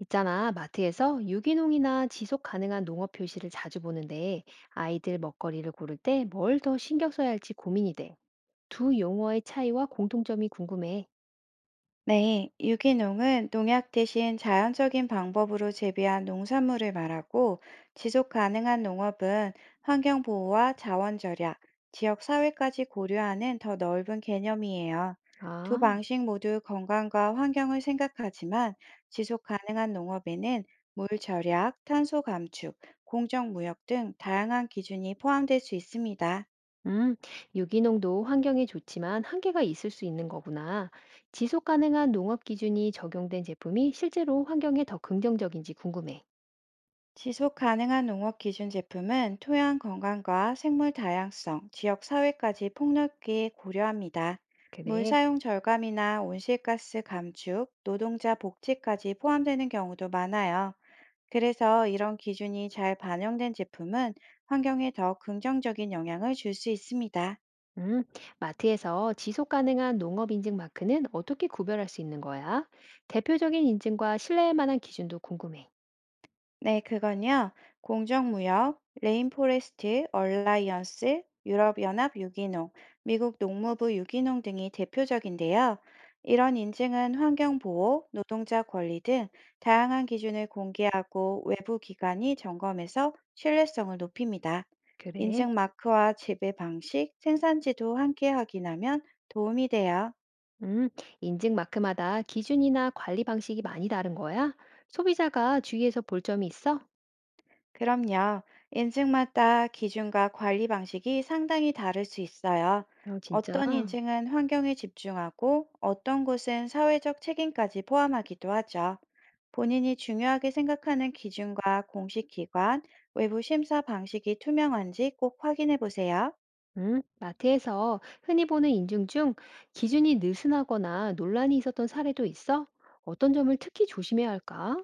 있잖아, 마트에서 유기농이나 지속 가능한 농업 표시를 자주 보는데 아이들 먹거리를 고를 때 뭘 더 신경 써야 할지 고민이 돼. 두 용어의 차이와 공통점이 궁금해. 네, 유기농은 농약 대신 자연적인 방법으로 재배한 농산물을 말하고, 지속 가능한 농업은 환경 보호와 자원 절약, 지역 사회까지 고려하는 더 넓은 개념이에요. 두 아, 방식 모두 건강과 환경을 생각하지만, 지속 가능한 농업에는 물 절약, 탄소 감축, 공정 무역 등 다양한 기준이 포함될 수 있습니다. 음, 유기농도 환경에 좋지만 한계가 있을 수 있는 거구나. 지속 가능한 농업 기준이 적용된 제품이 실제로 환경에 더 긍정적인지 궁금해. 지속 가능한 농업 기준 제품은 토양 건강과 생물 다양성, 지역 사회까지 폭넓게 고려합니다. 물 그래. 사용 절감이나 온실가스 감축, 노동자 복지까지 포함되는 경우도 많아요. 그래서 이런 기준이 잘 반영된 제품은 환경에 더 긍정적인 영향을 줄 수 있습니다. 음, 마트에서 지속 가능한 농업 인증 마크는 어떻게 구별할 수 있는 거야? 대표적인 인증과 신뢰할 만한 기준도 궁금해. 네, 그건요. 공정무역, 레인포레스트, 얼라이언스, 유럽연합 유기농, 미국 농무부 유기농 등이 대표적인데요. 이런 인증은 환경보호, 노동자 권리 등 다양한 기준을 공개하고 외부 기관이 점검해서 신뢰성을 높입니다. 그래. 인증 마크와 재배 방식, 생산지도 함께 확인하면 도움이 돼요. 음, 인증 마크마다 기준이나 관리 방식이 많이 다른 거야? 소비자가 주의해서 볼 점이 있어? 그럼요. 인증마다 기준과 관리 방식이 상당히 다를 수 있어요. 어, 진짜? 어떤 인증은 환경에 집중하고 어떤 곳은 사회적 책임까지 포함하기도 하죠. 본인이 중요하게 생각하는 기준과 공식 기관, 외부 심사 방식이 투명한지 꼭 확인해 보세요. 마트에서 흔히 보는 인증 중 기준이 느슨하거나 논란이 있었던 사례도 있어? 어떤 점을 특히 조심해야 할까?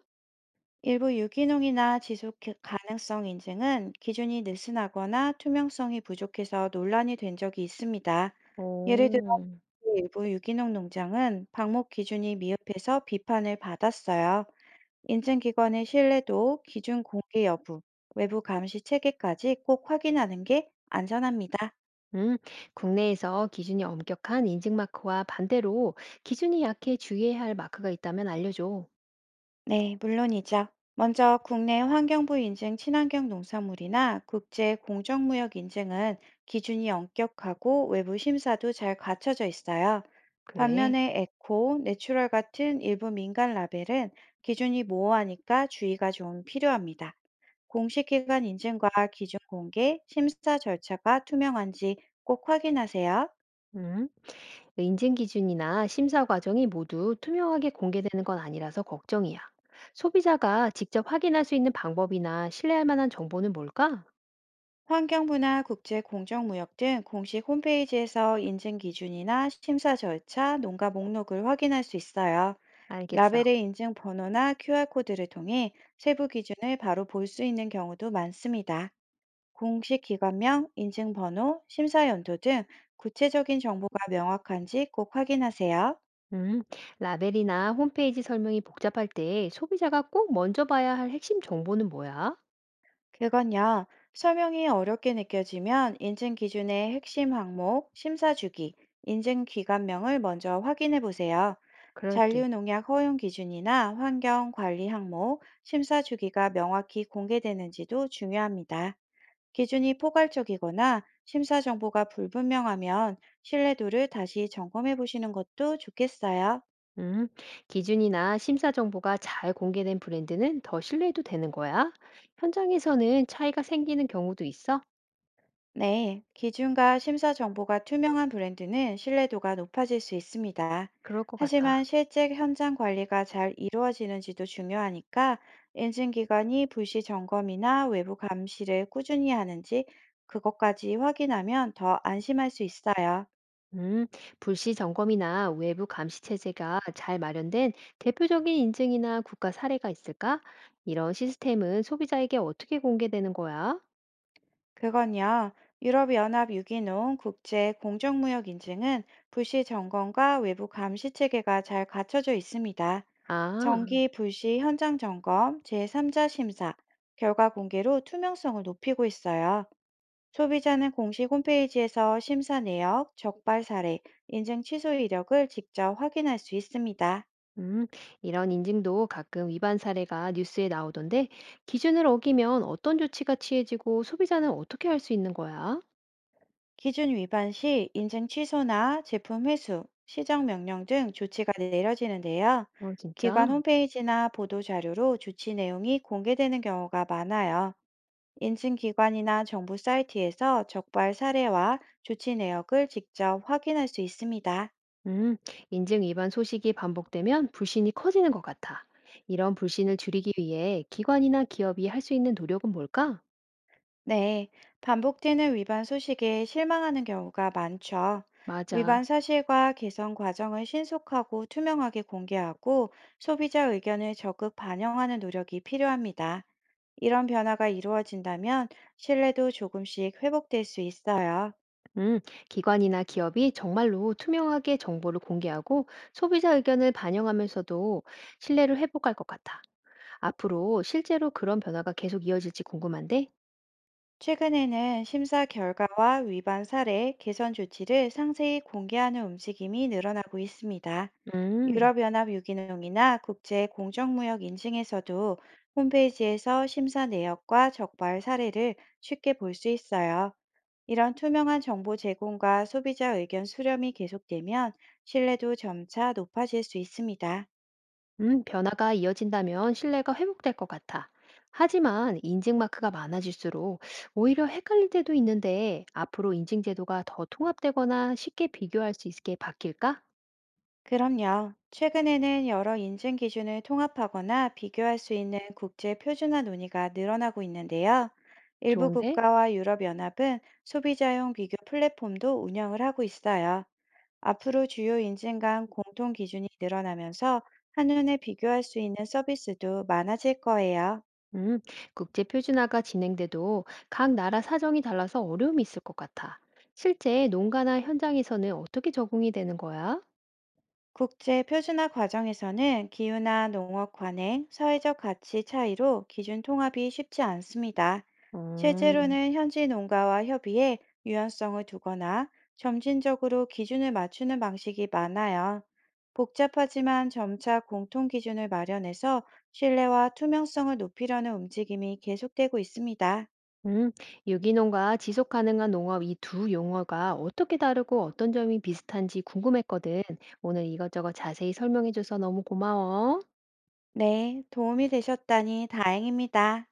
일부 유기농이나 지속 가능성 인증은 기준이 느슨하거나 투명성이 부족해서 논란이 된 적이 있습니다. 예를 들어 오. 일부 유기농 농장은 방목 기준이 미흡해서 비판을 받았어요. 인증기관의 신뢰도, 기준 공개 여부, 외부 감시 체계까지 꼭 확인하는 게 안전합니다. 음, 국내에서 기준이 엄격한 인증 마크와 반대로 기준이 약해 주의해야 할 마크가 있다면 알려줘. 네, 물론이죠. 먼저 국내 환경부 인증 친환경 농산물이나 국제 공정무역 인증은 기준이 엄격하고 외부 심사도 잘 갖춰져 있어요. 그래. 반면에 에코, 내추럴 같은 일부 민간 라벨은 기준이 모호하니까 주의가 좀 필요합니다. 공식 기관 인증과 기준 공개, 심사 절차가 투명한지 꼭 확인하세요. 음, 인증 기준이나 심사 과정이 모두 투명하게 공개되는 건 아니라서 걱정이야. 소비자가 직접 확인할 수 있는 방법이나 신뢰할 만한 정보는 뭘까? 환경부나 국제공정무역 등 공식 홈페이지에서 인증 기준이나 심사 절차, 농가 목록을 확인할 수 있어요. 알겠어. 라벨의 인증 번호나 QR코드를 통해 세부 기준을 바로 볼 수 있는 경우도 많습니다. 공식 기관명, 인증 번호, 심사 연도 등 구체적인 정보가 명확한지 꼭 확인하세요. 음, 라벨이나 홈페이지 설명이 복잡할 때 소비자가 꼭 먼저 봐야 할 핵심 정보는 뭐야? 그건요, 설명이 어렵게 느껴지면 인증 기준의 핵심 항목, 심사 주기, 인증 기관명을 먼저 확인해 보세요. 그럴게. 잔류농약 허용 기준이나 환경 관리 항목, 심사 주기가 명확히 공개되는지도 중요합니다. 기준이 포괄적이거나 심사 정보가 불분명하면 신뢰도를 다시 점검해 보시는 것도 좋겠어요. 음, 기준이나 심사 정보가 잘 공개된 브랜드는 더 신뢰해도 되는 거야? 현장에서는 차이가 생기는 경우도 있어? 네, 기준과 심사 정보가 투명한 브랜드는 신뢰도가 높아질 수 있습니다. 그럴 것 같아. 하지만 실제 현장 관리가 잘 이루어지는지도 중요하니까 인증기관이 불시 점검이나 외부 감시를 꾸준히 하는지 그것까지 확인하면 더 안심할 수 있어요. 음, 불시 점검이나 외부 감시 체제가 잘 마련된 대표적인 인증이나 국가 사례가 있을까? 이런 시스템은 소비자에게 어떻게 공개되는 거야? 그건요, 유럽연합 유기농 국제 공정무역 인증은 불시 점검과 외부 감시 체계가 잘 갖춰져 있습니다. 아, 정기 불시 현장 점검, 제3자 심사, 결과 공개로 투명성을 높이고 있어요. 소비자는 공식 홈페이지에서 심사 내역, 적발 사례, 인증 취소 이력을 직접 확인할 수 있습니다. 음, 이런 인증도 가끔 위반 사례가 뉴스에 나오던데 기준을 어기면 어떤 조치가 취해지고 소비자는 어떻게 할 수 있는 거야? 기준 위반 시 인증 취소나 제품 회수, 시정 명령 등 조치가 내려지는데요. 어, 진짜? 기관 홈페이지나 보도 자료로 조치 내용이 공개되는 경우가 많아요. 인증기관이나 정부 사이트에서 적발 사례와 조치 내역을 직접 확인할 수 있습니다. 음, 인증 위반 소식이 반복되면 불신이 커지는 것 같아. 이런 불신을 줄이기 위해 기관이나 기업이 할 수 있는 노력은 뭘까? 네, 반복되는 위반 소식에 실망하는 경우가 많죠. 맞아. 위반 사실과 개선 과정을 신속하고 투명하게 공개하고 소비자 의견을 적극 반영하는 노력이 필요합니다. 이런 변화가 이루어진다면 신뢰도 조금씩 회복될 수 있어요. 음, 기관이나 기업이 정말로 투명하게 정보를 공개하고 소비자 의견을 반영하면서도 신뢰를 회복할 것 같아. 앞으로 실제로 그런 변화가 계속 이어질지 궁금한데? 최근에는 심사 결과와 위반 사례, 개선 조치를 상세히 공개하는 움직임이 늘어나고 있습니다. 음. 유럽연합 유기농이나 국제 공정무역 인증에서도 홈페이지에서 심사 내역과 적발 사례를 쉽게 볼 수 있어요. 이런 투명한 정보 제공과 소비자 의견 수렴이 계속되면 신뢰도 점차 높아질 수 있습니다. 변화가 이어진다면 신뢰가 회복될 것 같아. 하지만 인증 마크가 많아질수록 오히려 헷갈릴 때도 있는데 앞으로 인증 제도가 더 통합되거나 쉽게 비교할 수 있게 바뀔까? 그럼요. 최근에는 여러 인증 기준을 통합하거나 비교할 수 있는 국제 표준화 논의가 늘어나고 있는데요. 일부 좋은데? 국가와 유럽연합은 소비자용 비교 플랫폼도 운영을 하고 있어요. 앞으로 주요 인증 간 공통 기준이 늘어나면서 한눈에 비교할 수 있는 서비스도 많아질 거예요. 음, 국제 표준화가 진행돼도 각 나라 사정이 달라서 어려움이 있을 것 같아. 실제 농가나 현장에서는 어떻게 적응이 되는 거야? 국제 표준화 과정에서는 기후나 농업 관행, 사회적 가치 차이로 기준 통합이 쉽지 않습니다. 음. 실제로는 현지 농가와 협의해 유연성을 두거나 점진적으로 기준을 맞추는 방식이 많아요. 복잡하지만 점차 공통 기준을 마련해서 신뢰와 투명성을 높이려는 움직임이 계속되고 있습니다. 음, 유기농과 지속 가능한 농업 이 두 용어가 어떻게 다르고 어떤 점이 비슷한지 궁금했거든. 오늘 이것저것 자세히 설명해줘서 너무 고마워. 네, 도움이 되셨다니 다행입니다.